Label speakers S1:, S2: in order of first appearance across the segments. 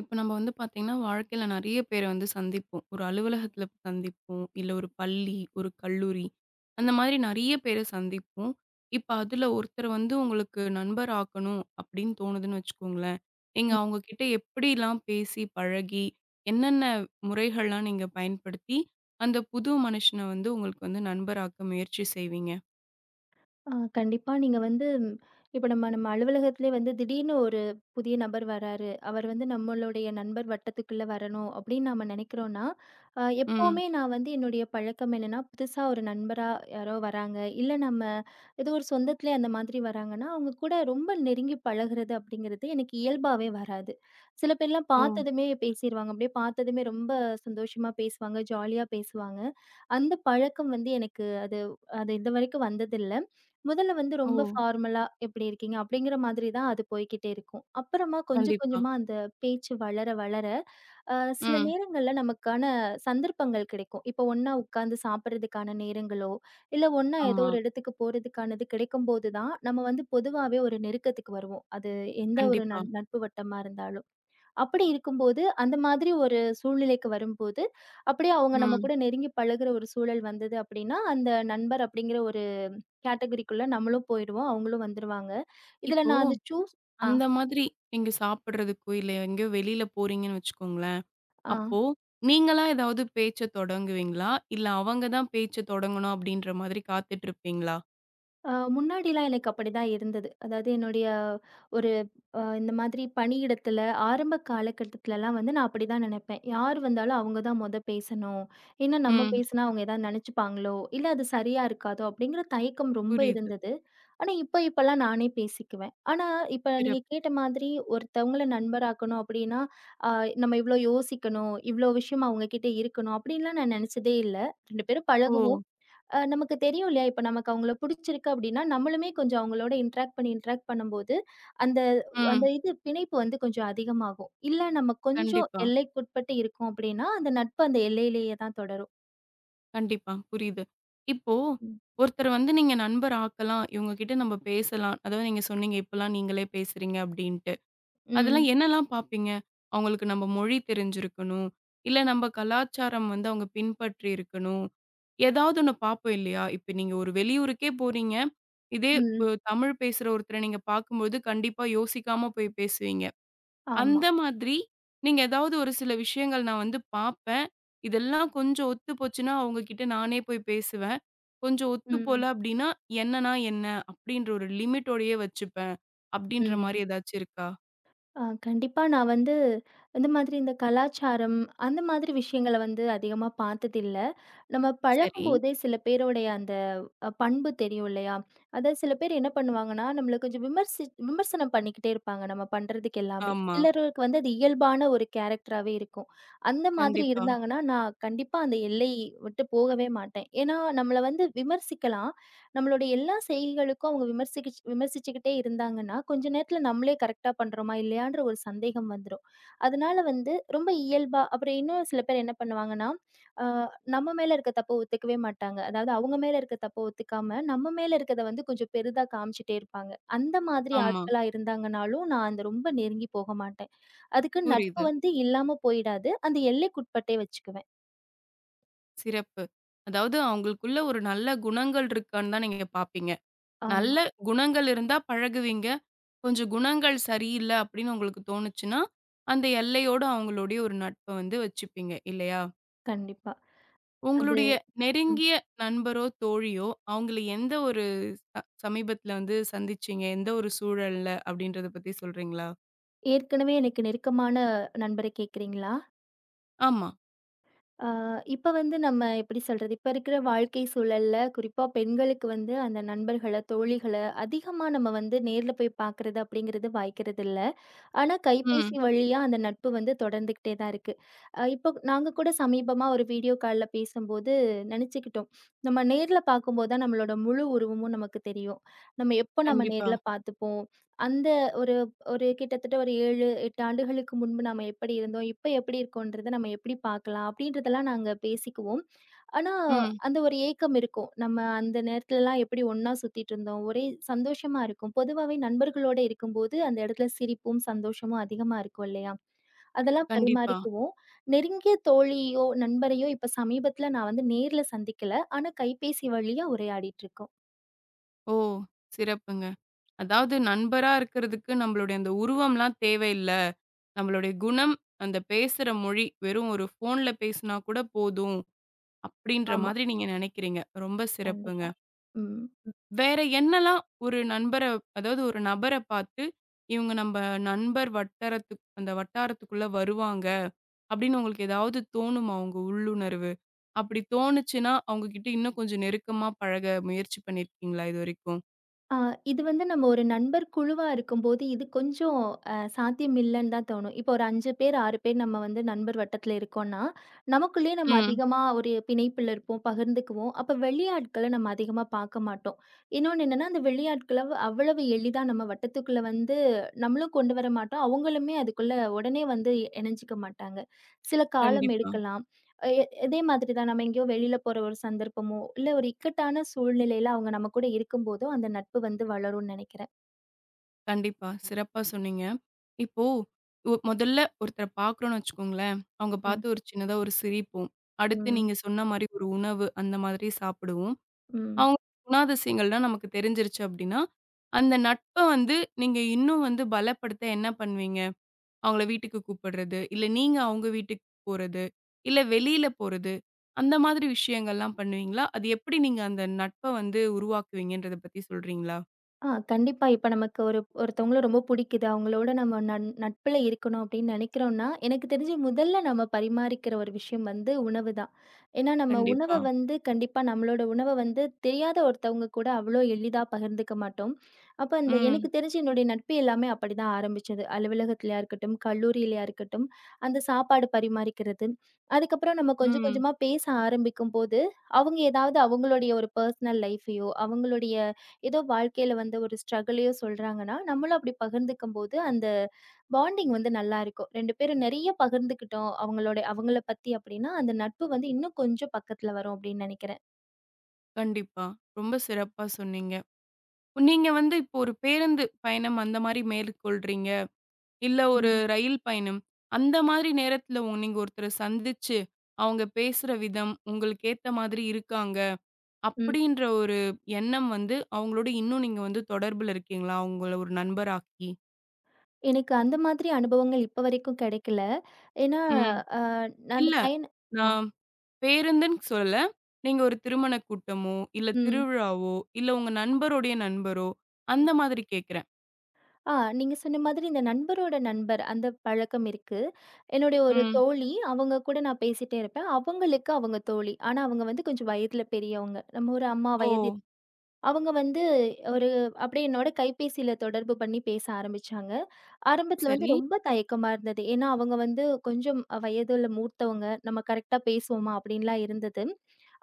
S1: இப்ப நம்ம வந்து பார்த்தீங்கன்னா, வாழ்க்கையில நெறைய பேர வந்து சந்திப்போம். ஒரு அலுவலகத்தில சந்திப்போம். இல்ல ஒரு பள்ளி, ஒரு கல்லூரி அந்த மாதிரி நெறைய பேர சந்திப்போம். இப்ப அதுல ஒருத்தர வந்து உங்களுக்கு நண்பர் ஆக்கணும் அப்படின்னு தோணுதுன்னு வச்சுக்கோங்களேன். நீங்க அவங்க கிட்ட எப்படிலாம் பேசி, பழகி, என்னென்ன முறைகள்லாம் நீங்க பயன்படுத்தி, அந்த புது மனுஷன வந்து உங்களுக்கு வந்து நண்பராக்க முயற்சி செய்வீங்க?
S2: ஆ கண்டிப்பா. நீங்க வந்து இப்ப நம்ம நம்ம அலுவலகத்திலே வந்து திடீர்னு ஒரு புதிய நபர் வராரு. அவர் வந்து நம்மளுடைய நண்பர் வட்டத்துக்குள்ள வரணும் அப்படின்னு நாம நெனைக்கிறோம்னா,
S1: ம்.
S2: எப்பவுமே நான் வந்து என்னுடைய பழக்கம் என்னன்னா, புதுசா ஒரு நண்பரா யாரோ வராங்க, இல்ல நம்ம ஏதோ ஒரு சொந்தத்திலே அந்த மாதிரி வராங்கன்னா, அவங்க கூட ரொம்ப நெருங்கி பழகுறது அப்படிங்கிறது எனக்கு இயல்பாவே வராது. சில பேர்லாம்
S1: ஓ!
S2: பார்த்ததுமே பேசிருவாங்க. அப்படியே பார்த்ததுமே ரொம்ப சந்தோஷமா பேசுவாங்க, ஜாலியா பேசுவாங்க. அந்த பழக்கம் வந்து எனக்கு அது அது இதுவரைக்கும் வந்ததில்ல. முதல்ல வந்து
S1: ஓ!
S2: ரொம்ப ஃபார்மலா எப்படி இருக்கீங்க? அப்படிங்கிற மாதிரி தான் அது போய்க்கிட்டே இருக்கும். அப்புறமா கொஞ்சம்
S1: கண்டிப்பா.
S2: கொஞ்சமா அந்த பேச்சு வளர வளர, அ சில
S1: ம்.
S2: நேரங்கள்ல நமக்கான சந்தர்ப்பங்கள் கிடைக்கும். இப்போ ஒண்ணா உட்கார்ந்து சாப்பிடுறதுக்கான நேரங்களோ, இல்ல ஒண்ணா ஏதோ
S1: ஆமா.
S2: ஒரு இடத்துக்கு போறதுக்கானது கிடைக்கும்போது தான், நம்ம வந்து பொதுவாவே ஒரு நெருக்கத்துக்கு வருவோம். அது எந்த ஒரு
S1: கண்டிப்பா.
S2: நட்பு வட்டமா இருந்தாலும். அப்படி இருக்கும்போது, அந்த மாதிரி ஒரு சூழ்நிலைக்கு வரும்போது, அப்படியே அவங்க நம்ம
S1: ம்.
S2: கூட நெருங்கி பழகுற ஒரு சூழல் வந்தது அப்படின்னா, அந்த நண்பர் அப்படிங்கிற கேட்டகரிக்குள்ள நம்மளும் போயிடுவோம். அவங்களும் வந்துருவாங்க. இதுல
S1: இப்போ
S2: நான் அத ஆ,
S1: அந்த மாதிரி நீங்க சாப்பிடுறதுக்கோ, இல்ல எங்கேயோ வெளியில போறீங்கன்னு வச்சுக்கோங்களேன்.
S2: ஆ.
S1: அப்போ நீங்களா ஏதாவது பேச்ச தொடங்குவீங்களா? இல்ல அவங்க தான் பேச்ச தொடங்கணும் அப்படின்ற மாதிரி காத்துட்டு இருப்பீங்களா?
S2: முன்னாடிலாம் எனக்கு அப்படிதான் இருந்தது. அதாவது என்னுடைய ஒரு இந்த மாதிரி பணியிடத்துல ஆரம்ப காலகட்டத்துலலாம் வந்து நான் அப்படிதான் நினைப்பேன். யார் வந்தாலும் அவங்க தான் மொத பேசணும். ஏன்னா நம்ம
S1: ம்.
S2: பேசினா அவங்க ஏதாவது நினைச்சுப்பாங்களோ, இல்ல அது சரியா இருக்காதோ அப்படிங்கிற தயக்கம் ரொம்ப
S1: புரியுது.
S2: இருந்தது. ஆனா இப்பலாம் நானே பேசிக்குவேன். ஆனா இப்ப நீங்க
S1: சிறப்பு.
S2: கேட்ட மாதிரி ஒருத்தவங்கள நண்பராக்கணும் அப்படின்னா, அ நம்ம இவ்ளோ யோசிக்கணும், இவ்ளோ விஷயம் அவங்க கிட்ட இருக்கணும் அப்படின்லாம் நான் நினைச்சதே இல்ல. 2 பேரும்
S1: ஓ!
S2: பழகுவோம். நமக்கு தெரியும் இல்லையா? இப்ப நமக்கு அவங்கள புடிச்சிருக்கு அப்டின்னா, நம்மளுமே கொஞ்சம் அவங்களோட இன்டராக்ட் பண்ணி இன்டராக்ட் பண்ணும்போது, அந்த அந்த
S1: ம்.
S2: இது பிணைப்பு வந்து கொஞ்சம் அதிகமாகும். இல்ல நம்ம கொஞ்சம்
S1: கண்டிப்பா,
S2: எல்லைக்குட்பட்டு இருக்கோம் அப்டின்னா, அந்த நட்பு அந்த எல்லையிலேயே தான் தொடரும்.
S1: கண்டிப்பா. புரியுது. இப்போ
S2: ம்.
S1: ஒருத்தர வந்து நீங்க நண்பர் ஆக்கலாம். இவங்க கிட்ட நம்ம பேசலாம். அதாவது நீங்க சொன்னீங்க, இப்பலாம் நீங்களே பேசுறீங்க அப்படின்ட்டு.
S2: ம்.
S1: அதெல்லாம் என்னலாம் பார்ப்பீங்க? அவங்களுக்கு நம்ம மொழி தெரிஞ்சிருக்கணும். இல்ல நம்ம கலாச்சாரம் வந்து அவங்க பின்பற்றி இருக்கணும். ஏதாவது ஒண்ணு பார்ப்போம் இல்லையா? இப்ப நீங்க ஒரு வெளியூருக்கே போறீங்க. இதே
S2: ம்.
S1: ஒ தமிழ் பேசுற ஒருத்தர நீங்க பார்க்கும்போது கண்டிப்பா யோசிக்காம போய் பேசுவீங்க.
S2: ஆமா.
S1: அந்த மாதிரி நீங்க ஏதாவது ஒரு சில விஷயங்கள் நான் வந்து பார்ப்பேன். இதெல்லாம் கொஞ்சம் ஒத்து போச்சுன்னா அவங்க கிட்ட நானே போய் பேசுவேன். கொஞ்சம் ஒத்து போல
S2: ம்.
S1: அப்டின்னா, என்னன்னா என்ன? அப்டின்ற ஒரு லிமிட்டோடயே வச்சுப்பேன். அப்டின்ற
S2: ம்.
S1: மாரி ஏதாச்சும் இருக்கா?
S2: ஆ கண்டிப்பா நான் வந்து இந்த மாதிரி இந்த கலாச்சாரம் அந்த மாதிரி விஷயங்கள வந்து அதிகமா பார்த்ததில்ல. நம்ம
S1: சரி.
S2: பழகும்போதே சில பேருடைய அந்த பண்பு தெரியும் இல்லையா? அதாவது சில பேர் என்ன பண்ணுவாங்கன்னா, நம்மள கொஞ்சம் விமர்சனம் பண்ணிக்கிட்டே இருப்பாங்க, நம்ம பண்றதுக்கு எல்லாமே.
S1: ஆமா.
S2: சிலருக்கு வந்து அது இயல்பான ஒரு கேரக்டராவே இருக்கும். அந்த மாதிரி
S1: கண்டிப்பா.
S2: இருந்தாங்கன்னா, நான் கண்டிப்பா அந்த எல்லை விட்டு போகவே மாட்டேன். ஏன்னா, நம்மள வந்து விமர்சிக்கலாம். நம்மளுடைய எல்லா செய்கைகளுக்கும் அவங்க விமர்சிச்சுக்கிட்டே இருந்தாங்கன்னா, கொஞ்ச நேரத்தில நம்மளே கரெக்ட்டா பண்றோமா? இல்லையான்ற ஒரு சந்தேகம் வந்துரும். அதனால வந்து ரொம்ப இயல்பா அப்புறம் இன்னும் சில பேர் என்ன பண்ணுவாங்கன்னா, அ நம்ம மேல இருக்க தப்ப ஒத்துக்கவே மாட்டாங்க. அதாவது அவங்க மேல இருக்க தப்ப ஒத்துக்காம, நம்ம மேல இருக்கத வந்து கொஞ்சம் பெரிதா காமிச்சுட்டே இருப்பாங்க. அந்த மாதிரி
S1: ஆமா.
S2: ஆட்களா இருந்தாங்கனாலும், நான் அந்த ரொம்ப நெருங்கி போக மாட்டேன். அதுக்கு நட்பு
S1: புரியுது.
S2: வந்து இல்லாம போயிடாது. அந்த எல்லைக்குட்பட்டே வச்சுக்குவேன்.
S1: சிறப்பு. அதாவது அவங்களுக்குள்ள ஒரு நல்ல குணங்கள் இருக்கான்னு தான் நீங்க பார்ப்பீங்க. நல்ல
S2: ஆமா,
S1: குணங்கள் இருந்தா பழகுவீங்க. கொஞ்சம் குணங்கள் சரியில்ல அப்படின்னு உங்களுக்கு தோணுச்சுன்னா, அந்த எல்லையோட அவங்களுடைய ஒரு நட்ப வந்து வச்சுப்பீங்க இல்லையா?
S2: கண்டிப்பா. அது
S1: உங்களுடைய
S2: ம்.
S1: நெருங்கிய நண்பரோ, தோழியோ அவங்கள எந்த ஒரு சமீபத்தில வந்து சந்திச்சீங்க? எந்த ஒரு சூழல்ல அப்படின்றத பத்தி சொல்றீங்களா?
S2: ஏற்கனவே எனக்கு நெருக்கமான நண்பர கேட்கிறீங்களா?
S1: ஆமா.
S2: ஆ இப்ப வந்து நம்ம எப்படி சொல்றது? இப்ப இருக்கிற வாழ்க்கை சூழல்ல, குறிப்பா பெண்களுக்கு வந்து அந்த நண்பர்கள, தோழிகள அதிகமா நம்ம வந்து நேர்ல போய் பார்க்கறது அப்படிங்கிறது வாய்க்கிறதில்ல. ஆனா, கைபேசி
S1: ம்.
S2: வழியா அந்த நட்பு வந்து தொடர்ந்துகிட்டே தான் இருக்கு. இப்போ நாங்க கூட சமீபமா ஒரு வீடியோ கால்ல பேசும்போது நெனச்சுக்கிட்டோம். நம்ம நேர்ல பார்க்கும்போது தான் நம்மளோட முழு உருவமும் நமக்கு தெரியும். நம்ம எப்போ நம்ம
S1: கண்டிப்பா.
S2: நேர்ல பார்த்துப்போம். அந்த ஒரு ஒரு கிட்டத்தட்ட ஒரு 7, 8 ஆண்டுகளுக்கு முன்பு நம்ம எப்படி இருந்தோம், இப்ப எப்படி இருக்கோன்றத நம்ம எப்படி பார்க்கலாம், அப்படின்றதெல்லாம் நாங்க பேசிக்குவோம். ஆனா
S1: ம்.
S2: அந்த ஒரு ஏக்கம் இருக்கும். நம்ம அந்த நேரத்துலலாம் எப்படி ஒண்ணா சுத்திட்டு இருந்தோம். ஒரே சந்தோஷமா இருக்கும். பொதுவாவே நண்பர்களோட இருக்கும்போது அந்த இடத்துல சிரிப்பும், சந்தோஷமும் அதிகமா இருக்கும் இல்லையா? அதெல்லாம்
S1: கண்டிப்பா.
S2: பரிமாறிக்குவோம். நெருங்கிய தோழியோ, நண்பரையோ இப்ப சமீபத்துல நான் வந்து நேர்ல சந்திக்கல. ஆனா கைபேசி வழியா உரையாடிட்டு இருக்கோம்.
S1: ஓ! சிறப்புங்க. அதாவது நண்பரா இருக்கிறதுக்கு நம்மளுடைய அந்த உருவம்லாம் தேவையில்ல. நம்மளுடைய குணம், அந்த பேசுற மொழி, வெறும் ஒரு ஃபோன்ல பேசினா கூட போதும். அப்படின்ற
S2: ஆமா,
S1: மாதிரி நீங்க நினைக்கிறீங்க. ரொம்ப சிறப்புங்க.
S2: கண்டிப்பா. ம்.
S1: வேற என்னலாம் ஒரு நண்பர அதாவது ஒரு நபர பார்த்து, இவங்க நம்ப நண்பர் வட்டாரத்துக் அந்த வட்டாரத்துக்குள்ள வருவாங்க, அப்படின்னு உங்களுக்கு ஏதாவது தோணுமா உங்க உள்ளுணர்வு? அப்படி தோணுச்சுன்னா, அவங்க கிட்ட இன்னும் கொஞ்சம் நெருக்கமா பழக முயற்சி பண்ணியிருக்கீங்களா இதுவரைக்கும்?
S2: ஆ, இது வந்து நம்ம ஒரு நண்பர் குழுவா இருக்கும்போது, இது கொஞ்சம் சாத்தியம் இல்லன்னு தான் தோணும். இப்போ ஒரு 5 பேர், 6 பேர் நம்ம வந்து நண்பர் வட்டத்துல இருக்கோம்ன்னா, நமக்குள்ளேயே நம்ம
S1: ம்.
S2: அதிகமா ஒரு பிணைப்பில இருப்போம், பகிர்ந்துக்குவோம். அப்ப வெளியாட்கள நம்ம அதிகமா பார்க்க மாட்டோம். இன்னொன்னு என்னன்னா, அந்த வெளியாட்கள அவ்வளவு எளிதா நம்ம வட்டத்துக்குள்ள வந்து நம்மளும் கொண்டு வர மாட்டோம். அவங்களுமே அதுக்குள்ள உடனே வந்து இணைஞ்சுக்க மாட்டாங்க. சில காலம்
S1: கண்டிப்பா.
S2: எடுக்கலாம். அ எ இதே மாதிரி தான் நம்ம எங்கேயோ வெளியில போற ஒரு சந்தர்ப்பமோ, இல்ல ஒரு இக்கட்டான சூழ்நிலையில அவங்க நம்ம கூட இருக்கும்போதோ, அந்த நட்பு வந்து வளரும்னு நெனைக்கிறேன்.
S1: கண்டிப்பா. சிறப்பா சொன்னீங்க. இப்போ ஒ முதல்ல ஒருத்தர பார்க்குறோம்னு வச்சுக்கோங்களேன், அவங்க
S2: ம்,
S1: பார்த்து ஒரு சின்னதா ஒரு சிரிப்போம். அடுத்து
S2: ம்,
S1: நீங்க சொன்ன மாரி ஒரு உணவு அந்த மாதிரி சாப்பிடுவோம்.
S2: ம்.
S1: அவங்க குணாதிசயங்கள்லாம் நமக்கு தெரிஞ்சிருச்சு அப்டின்னா, அந்த நட்ப வந்து நீங்க இன்னும் வந்து பலப்படுத்த என்ன பண்ணுவீங்க? அவங்கள வீட்டுக்கு கூப்பிடுறது, இல்ல நீங்க அவங்க வீட்டுக்கு போறது, இல்ல வெளியில போறது, அந்த மாதிரி விஷயங்கள்லாம் பண்ணுவீங்களா? அது எப்படி நீங்க அந்த நட்ப வந்து உருவாக்குவீங்கன்றத பத்தி சொல்றீங்களா?
S2: ஆ கண்டிப்பா. இப்ப நமக்கு ஒருத்தவங்கள ரொம்ப புடிக்குது. அவங்களோட நம்ம நட்புல இருக்கணும் அப்படின்னு நெனைக்கிறோம்னா, எனக்கு தெரிஞ்சு முதல்ல நம்ம பரிமாறிக்கிற ஒரு விஷயம் வந்து உணவு தான். ஏன்னா நம்ம உணவ
S1: கண்டிப்பா.
S2: வந்து கண்டிப்பா நம்மளோட உணவ வந்து தெரியாத ஒருத்தவங்க கூட அவ்வளோ எளிதா பகிர்ந்துக்க மாட்டோம். அப்ப அந்த
S1: ம்,
S2: எனக்கு தெரிஞ்சு என்னுடைய நட்பு எல்லாமே அப்படிதான் ஆரம்பிச்சது. அலுவலகத்திலயா இருக்கட்டும், கல்லூரியிலயா இருக்கட்டும், அந்த சாப்பாடு பரிமாறிக்கிறது. அதுக்கப்புறம் நம்ம கொஞ்சம்
S1: ம்.
S2: கொஞ்சமா பேச ஆரம்பிக்கும்போது, அவங்க ஏதாவது அவங்களுடைய ஒரு பர்சனல் லைஃபையோ, அவங்களுடைய ஏதோ வாழ்க்கையில வந்த ஒரு ஸ்ட்ரகிளையோ சொல்றாங்கன்னா, நம்மளும் அப்படி பகிர்ந்துக்கும்போது, அந்த பாண்டிங் வந்து நல்லாருக்கும். 2 பேரும் நெறைய பகிர்ந்துக்கிட்டோம், அவங்களோட அவங்கள பத்தி அப்படின்னா, அந்த நட்பு வந்து இன்னும் கொஞ்சம் பக்கத்துல வரும் அப்படின்னு நெனைக்கிறேன்.
S1: கண்டிப்பா. ரொம்ப சிறப்பா சொன்னீங்க. நீங்க வந்து இப்போ ஒரு பேருந்து பயணம் அந்த மாரி மேற்கொள்றீங்க. இல்ல ஒரு
S2: ம்.
S1: ரயில் பயணம். அந்த மாதிரி நேரத்துல நீங்க ஒருத்தர சந்திச்சு, அவங்க பேசுற விதம் உங்களுக்கு ஏத்த மாதிரி இருக்காங்க.
S2: ம்.
S1: அப்படின்ற ஒரு எண்ணம் வந்து அவங்களோட இன்னும் நீங்க வந்து தொடர்புல இருக்கீங்களா? அவங்கள ஒரு நண்பராக்கி?
S2: எனக்கு அந்த மாதிரி அனுபவங்கள் இப்ப வரைக்கும் கெடைக்கல. ஏன்னா,
S1: ம்.
S2: அ நான் அந்த
S1: இல்ல.
S2: பையன ஆ.
S1: நான் பேருந்துன்னு சொல்லல. நீங்க ஒரு திருமண கூட்டமோ, இல்ல
S2: ம்.
S1: திருவிழாவோ, இல்ல உங்க நண்பருடைய நண்பரோ, அந்த மாதிரி கேட்கிறேன்.
S2: ஆ நீங்க சொன்ன மாதிரி இந்த நண்பரோட நண்பர் அந்த பழக்கம் இருக்கு. என்னுடைய ஒரு
S1: ம்.
S2: தோழி, அவங்க கூட நான் பேசிட்டே இருப்பேன். அவங்களுக்கு அவங்க தோழி. ஆனா அவங்க வந்து கொஞ்சம் வயதுல பெரியவங்க. நம்ம ஒரு அம்மா
S1: ஓ!
S2: வயது அவங்க வந்து ஒரு அப்படியே என்னோட கைபேசியில தொடர்பு பண்ணி பேச ஆரம்பிச்சாங்க. ஆரம்பத்துல வந்து
S1: சரி.
S2: ரொம்ப தயக்கமா இருந்தது. ஏன்னா, அவங்க வந்து கொஞ்சம் வயதுல மூத்தவங்க. நம்ம கரெக்ட்டா பேசுவோமா? அப்படின்லாம் இருந்தது.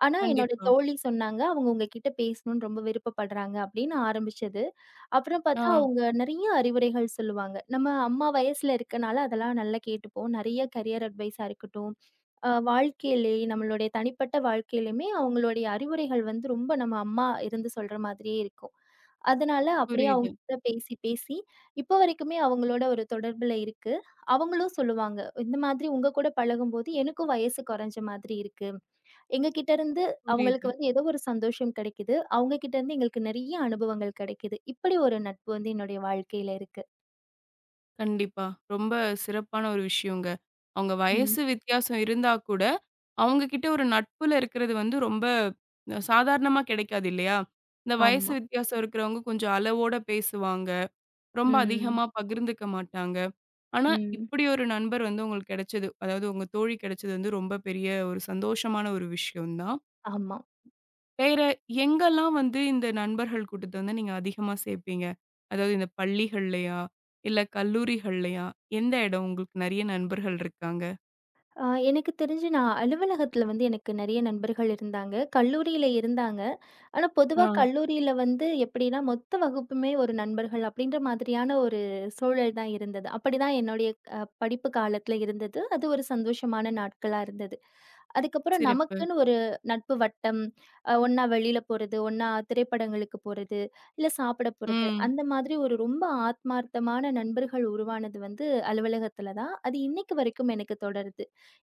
S2: ஆனா, என்னோட
S1: கண்டிப்பா.
S2: தோழி சொன்னாங்க, அவங்க உங்ககிட்ட பேசணும்னு ரொம்ப விருப்பப்படுறாங்க அப்படின்னு ஆரம்பிச்சது. அப்புறம்
S1: ஆ
S2: பார்த்தா அவங்க நெறைய அறிவுரைகள் சொல்லுவாங்க. நம்ம அம்மா வயசுல இருக்கனால அதெல்லாம் நல்லா கேட்டுப்போம். நெறைய கரியர் அட்வைஸா இருக்கட்டும், வாழ்க்கையிலேயே நம்மளுடைய தனிப்பட்ட வாழ்க்கையிலுமே அவங்களுடைய அறிவுரைகள் வந்து ரொம்ப நம்ம அம்மா இருந்து சொல்ற மாதிரியே இருக்கும். அதனால அப்படியே
S1: புரியுது,
S2: அவங்ககிட்ட பேசி, பேசி இப்போ வரைக்குமே அவங்களோட ஒரு தொடர்புல இருக்கு. அவங்களும் சொல்லுவாங்க, "இந்த மாதிரி உங்க கூட பழகும்போது எனக்கும் வயசு குறைஞ்ச மாதிரி இருக்கு. எங்ககிட்ட இருந்து அவங்களுக்கு
S1: புரியுது.
S2: வந்து ஏதோ ஒரு சந்தோஷம் கிடைக்குது. அவங்க கிட்ட இருந்து எங்களுக்கு நிறைய அனுபவங்கள் கிடைக்குது." இப்படி ஒரு நட்பு வந்து என்னுடைய வாழ்க்கையில இருக்கு.
S1: கண்டிப்பா. ரொம்ப சிறப்பான ஒரு விஷயங்க. அவங்க
S2: ம்.
S1: வயசு வித்தியாசம் இருந்தா கூட, அவங்க கிட்ட ஒரு நட்புல இருக்கிறது வந்து ரொம்ப சாதாரணமா கெடைக்காது இல்லையா? இந்த வயசு
S2: ஆமா.
S1: வித்தியாசம் இருக்கிறவங்க கொஞ்சம் அளவோட பேசுவாங்க. ரொம்ப
S2: ம்.
S1: அதிகமா பகிர்ந்துக்க மாட்டாங்க. ஆனா,
S2: ம்.
S1: இப்படி ஒரு நண்பர் வந்து உங்களுக்கு கெடைச்சது. அதாவது உங்க தோழி கெடைச்சது வந்து ரொம்ப பெரிய ஒரு சந்தோஷமான ஒரு விஷயம் தான்.
S2: ஆமா.
S1: வேற எங்கெல்லாம் வந்து இந்த நண்பர்கள் கூட்டத்த வந்து நீங்க அதிகமா சேர்ப்பீங்க? அதாவது இந்த பள்ளிகள்லயா? இல்ல கல்லூரிகள்லயா? எந்த இடம் உங்களுக்கு நெறைய நண்பர்கள் இருக்காங்க?
S2: ஆ எனக்கு தெரிஞ்சு நான் அலுவலகத்தில வந்து எனக்கு நெறைய நண்பர்கள் இருந்தாங்க. கல்லூரியில இருந்தாங்க. ஆனா பொதுவா
S1: ஆ,
S2: கல்லூரியில வந்து எப்படின்னா, மொத்த வகுப்புமே ஒரு நண்பர்கள் அப்படின்ற மாதிரியான ஒரு சூழல் தான் இருந்தது. அப்படிதான் என்னுடைய படிப்பு காலத்துல இருந்தது. அது ஒரு சந்தோஷமான நாட்களா இருந்தது. அதுக்கப்புறம்
S1: சிறப்பு.
S2: நமக்குன்னு ஒரு நட்பு வட்டம், ஒண்ணா வெளியில போறது, ஒண்ணா திரைப்படங்களுக்கு போறது, இல்ல சாப்பிட போறது,
S1: ம்.
S2: அந்த மாதிரி ஒரு ரொம்ப ஆத்மார்த்தமான நண்பர்கள் உருவானது வந்து அலுவலகத்துல தான். அது இன்னைக்கு வரைக்கும் எனக்கு தொடருது.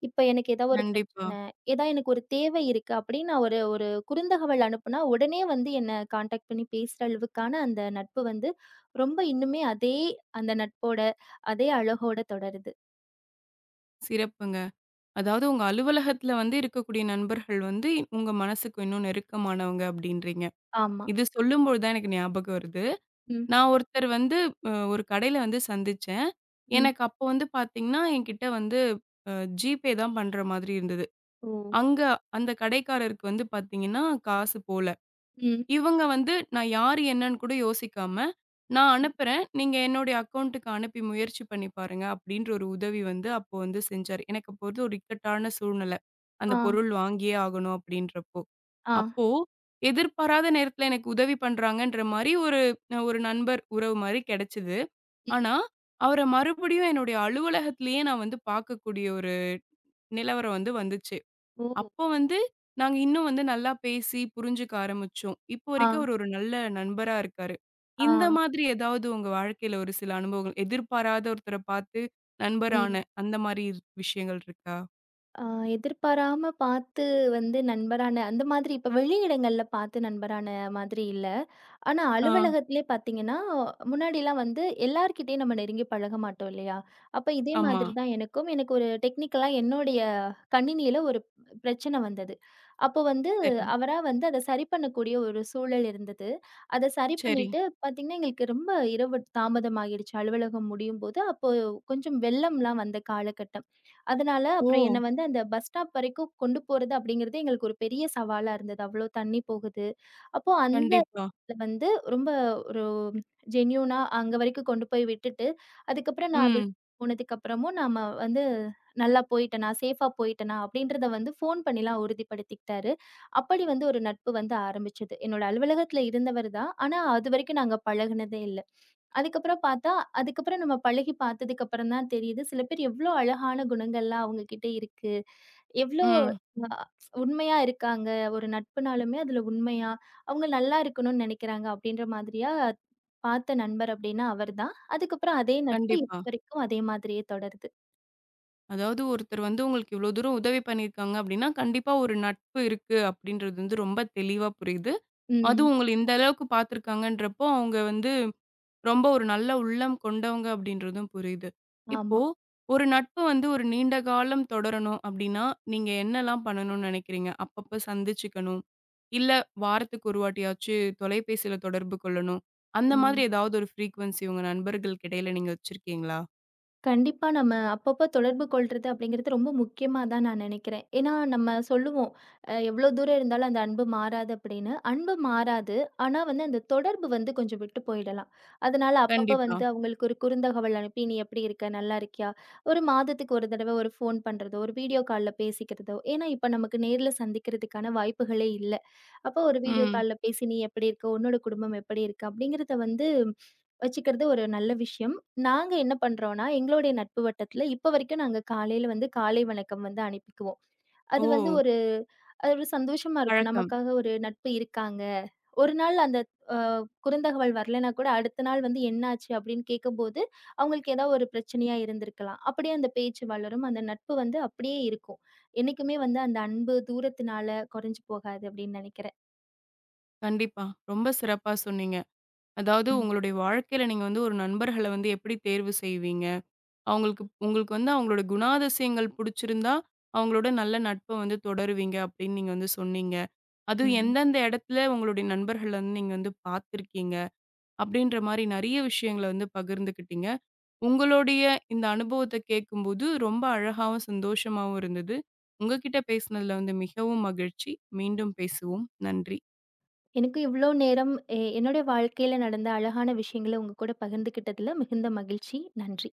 S2: இப்ப எனக்கு ஏதாவது ஒரு
S1: கண்டிப்பா.
S2: பிரச்சனை எனக்கு ஒரு தேவை இருக்கு அப்படின்னு நான் ஒரு ஒரு குறுந்தகவல் அனுப்புனா, உடனே வந்து என்ன கான்டாக்ட் பண்ணி பேசுற அளவுக்கான அந்த நட்பு வந்து ரொம்ப இன்னுமே அதே அந்த நட்போட, அதே அழகோட தொடருது.
S1: சிறப்புங்க. அதாவது உங்க அலுவலகத்துல வந்து இருக்கக்கூடிய நண்பர்கள் வந்து உங்க மனசுக்கு இன்னும் நெருக்கமானவங்க அப்டின்றீங்க.
S2: ஆமா.
S1: இது சொல்லும்பொழுது தான் எனக்கு ஞாபகம் வருது.
S2: ம்,
S1: நான் ஒருத்தர் வந்து ஒரு கடையில வந்து சந்திச்சேன்.
S2: ம்.
S1: எனக்கு அப்போ வந்து பார்த்தீங்கன்னா, என்கிட்ட வந்து அ ஜிபே தான் பண்ற மாதிரி இருந்தது.
S2: ஓ!
S1: அங்க அந்த கடைக்காரருக்கு வந்து பார்த்தீங்கன்னா, காசு போல.
S2: ம்.
S1: இவங்க வந்து நான் யாரு என்னன்னு கூட யோசிக்காம, "நான்
S2: ம்.
S1: அனுப்புறேன். நீங்க என்னுடைய அக்கவுண்ட்டுக்கு அனுப்பி முயற்சி பண்ணி பாருங்க" அப்படின்ற ஒரு உதவி வந்து அப்போ வந்து செஞ்சாரு. எனக்கு அப்போது ஒரு இக்கட்டான சூழ்நிலை. அந்த
S2: ஆ,
S1: பொருள் வாங்கியே ஆகணும் அப்படின்றப்போ.
S2: ஆ.
S1: அப்போ எதிர்பாராத நேரத்தில எனக்கு உதவி பண்றாங்கன்ற மாரி ஒரு ஒரு நண்பர் உறவு மாரி கெடைச்சது.
S2: ம்.
S1: ஆனா, அவர மறுபடியும் என்னுடைய அலுவலகத்திலேயே நான் வந்து பார்க்கக்கூடிய ஒரு நிலவரம் வந்து வந்துச்சு.
S2: ஓ!
S1: அப்போ வந்து, நாங்க இன்னும் வந்து நல்லா பேசி, புரிஞ்சுக்க ஆரம்பிச்சோம். இப்போ
S2: ஆ,
S1: வரைக்கும் அவரு ஒரு நல்ல நண்பரா இருக்காரு.
S2: ஆ.
S1: இந்த மாதிரி ஏதாவது உங்க வாழ்க்கையில ஒரு சில அனுபவங்கள், எதிர்பாராத ஒருத்தர பார்த்து
S2: ம்.
S1: நண்பரான, அந்த மாரி விஷயங்கள் இருக்கா?
S2: ஆ எதிர்பாராம பார்த்து வந்து நண்பரான அந்த மாதிரி இப்ப வெளி இடங்கள்ல பார்த்து நண்பரான மாதிரி இல்ல. ஆனா
S1: ஆ,
S2: அலுவலகத்திலே பார்த்தீங்கன்னா, முன்னாடிலாம் வந்து எல்லார்கிட்டயும் நம்ம நெருங்கி பழக மாட்டோம் இல்லையா? அப்ப இதே
S1: ஆமா.
S2: மாதிரி தான் எனக்கும். எனக்கு ஒரு டெக்னிக்கலா என்னுடைய கணினியில ஒரு பிரச்சனை வந்தது. அப்போ வந்து
S1: சரி,
S2: அவரா வந்து அத சரி பண்ணக்கூடிய ஒரு சூழல் இருந்தது. அத சரி
S1: சரி.
S2: பண்ணிட்டு பார்த்தீங்கன்னா, எங்களுக்கு ரொம்ப இரவு தாமதமாகிடுச்சு அலுவலகம் முடியும்போது. அப்போ கொஞ்சம் வெள்ளம்லாம் வந்த காலகட்டம். அதனால
S1: ஓ!
S2: அப்புறம் என்ன வந்து அந்த பஸ் ஸ்டாப் வரைக்கும் கொண்டு போறது அப்படிங்கிறது எங்களுக்கு ஒரு பெரிய சவாலா இருந்தது. அவ்ளோ தண்ணி போகுது. அப்போ அந்த
S1: கண்டிப்பா.
S2: இடத்துல வந்து ரொம்ப ஒரு ஜென்யூனா அங்க வரைக்கும் கொண்டு போய் விட்டுட்டு, அதுக்கப்புறம் நான் விட்டு
S1: ம்,
S2: போனதுக்கப்புறமும் நாம வந்து நல்லா போயிட்டனா, சேஃபா போயிட்டனா அப்படின்றத வந்து ஃபோன் பண்ணிலாம் உறுதிப்படுத்திக்கிட்டாரு. அப்படி வந்து ஒரு நட்பு வந்து ஆரம்பிச்சது. என்னோட அலுவலகத்துல இருந்தவர் தான். ஆனா அதுவரைக்கும் நாங்க பழகுனதே இல்ல. அதுக்கப்புறம் பார்த்தா, அதுக்கப்புறம் நம்ம பழகி பார்த்ததுக்கப்புறம் தான் தெரியுது, சில பேர் எவ்ளோ அழகான குணங்கள்லாம் அவங்க கிட்ட இருக்கு. எவ்ளோ
S1: ம்.
S2: அ உண்மையா இருக்காங்க. ஒரு நட்புனாலுமே அதுல உண்மையா, அவங்க நல்லா இருக்கணும்னு நெனைக்கிறாங்க அப்படின்ற மாதிரியா பார்த்த நண்பர் அப்படின்னா அவர் தான். அதுக்கப்புறம் அதே நட்பு இப்ப
S1: கண்டிப்பா.
S2: வரைக்கும் அதே மாதிரியே தொடருது.
S1: அதாவது ஒருத்தர் வந்து உங்களுக்கு இவ்ளோ தூரம் உதவி பண்ணியிருக்காங்க அப்டின்னா, கண்டிப்பா ஒரு நட்பு இருக்கு அப்டின்றது வந்து ரொம்ப தெளிவா புரியுது.
S2: ம்.
S1: அதுவும் உங்கள இந்த அளவுக்கு பார்த்துருக்காங்கன்றப்போ, அவங்க வந்து ரொம்ப ஒரு நல்ல உள்ளம் கொண்டவங்க அப்படின்றதும் புரியுது. இப்போ
S2: ஆமா.
S1: ஒரு நட்பு வந்து ஒரு நீண்ட காலம் தொடரணும் அப்படின்னா, நீங்க என்னலாம் பண்ணணும்னு நினைக்கிறீங்க? அப்பப்ப சந்திச்சுக்கணும், இல்ல வாரத்துக்கு ஒரு வாட்டியாச்சு தொலைபேசியில தொடர்பு கொள்ளணும். அந்த மாதிரி
S2: ம்.
S1: ஏதாவது ஒரு ஃப்ரீக்வன்சி உங்க நண்பர்களுக்கு இடையில நீங்க வச்சிருக்கீங்களா?
S2: கண்டிப்பா நம்ம அப்பப்போ தொடர்பு கொள்றது அப்படிங்கிறது ரொம்ப முக்கியமா தான் நான் நினைக்கிறேன். ஏன்னா நம்ம சொல்லுவோம், எவ்ளோ தூரம் இருந்தாலும் அந்த அன்பு மாறாது அப்படின்னு. அன்பு மாறாது. ஆனா வந்து அந்த தொடர்பு வந்து கொஞ்சம் விட்டு போயிடலாம். அதனால அப்பப்ப
S1: கண்டிப்பா.
S2: வந்து அவங்களுக்கு ஒரு குறுந்தகவல் அனுப்பி, "நீ எப்படி இருக்க? நல்லா இருக்கியா?" ஒரு மாதத்துக்கு ஒரு தடவ ஒரு ஃபோன் பண்றதோ, ஒரு வீடியோ கால்ல பேசிக்கிறதோ, ஏன்னா இப்ப நமக்கு நேர்ல சந்திக்கிறதுக்கான வாய்ப்புகளே இல்ல. அப்போ ஒரு வீடியோ
S1: ம்.
S2: கால்ல பேசி, "நீ எப்படி இருக்க? உன்னோட குடும்பம் எப்படி இருக்கு?" அப்படிங்கிறத வந்து வச்சுக்கிறது ஒரு நல்ல விஷயம். நாங்க என்ன பண்றோம்னா, எங்களுடைய நட்பு வட்டத்துல இப்ப வரைக்கும் நாங்க காலையில வந்து காலை வணக்கம் வந்து அனுப்பிக்குவோம்.
S1: ஓ!
S2: அது வந்து ஒரு அது ஒரு சந்தோஷமா இருக்கும்.
S1: பழக்கம்.
S2: நமக்காக ஒரு நட்பு இருக்காங்க. ஒரு நாள் அந்த அ குறுந்தகவல் வரலைன்னா கூட, அடுத்த நாள் வந்து என்னாச்சு அப்படின்னு கேட்கும்போது, அவங்களுக்கு ஏதாவது ஒரு பிரச்சனையா இருந்திருக்கலாம். அப்படியே அந்த பேச்சு வளரும். அந்த நட்பு வந்து அப்படியே இருக்கும். என்னைக்குமே வந்து அந்த அன்பு தூரத்தினால குறைஞ்சு போகாது அப்படின்னு நினைக்கிறேன்.
S1: கண்டிப்பா. ரொம்ப சிறப்பா சொன்னீங்க. அதாவது உங்களுடைய வாழ்க்கையில நீங்க வந்து ஒரு நண்பர்கள வந்து எப்படி தேர்வு செய்வீங்க? அவங்களுக்கு உங்களுக்கு வந்து அவங்களோட குணாதிசயங்கள் புடிச்சிருந்தா, அவங்களோட நல்ல நட்ப வந்து தொடருவீங்க அப்படின்னு நீங்க வந்து சொன்னீங்க. அதுவும்
S2: ம்.
S1: எந்தெந்த இடத்துல உங்களுடைய நண்பர்கள வந்து நீங்க வந்து பார்த்துருக்கீங்க, அப்படின்ற மாரி நெறைய விஷயங்கள வந்து பகிர்ந்துக்கிட்டீங்க. உங்களுடைய இந்த அனுபவத்த கேட்கும்போது ரொம்ப அழகாவும், சந்தோஷமாவும் இருந்தது. உங்க கிட்ட பேசினதுல வந்து மிகவும் மகிழ்ச்சி. மீண்டும் பேசுவோம். நன்றி.
S2: எனக்கும் இவ்ளோ நேரம் என்னுடைய வாழ்க்கையில நடந்த அழகான விஷயங்கள உங்க கூட பகிர்ந்துக்கிட்டதுல மிகுந்த மகிழ்ச்சி. நன்றி.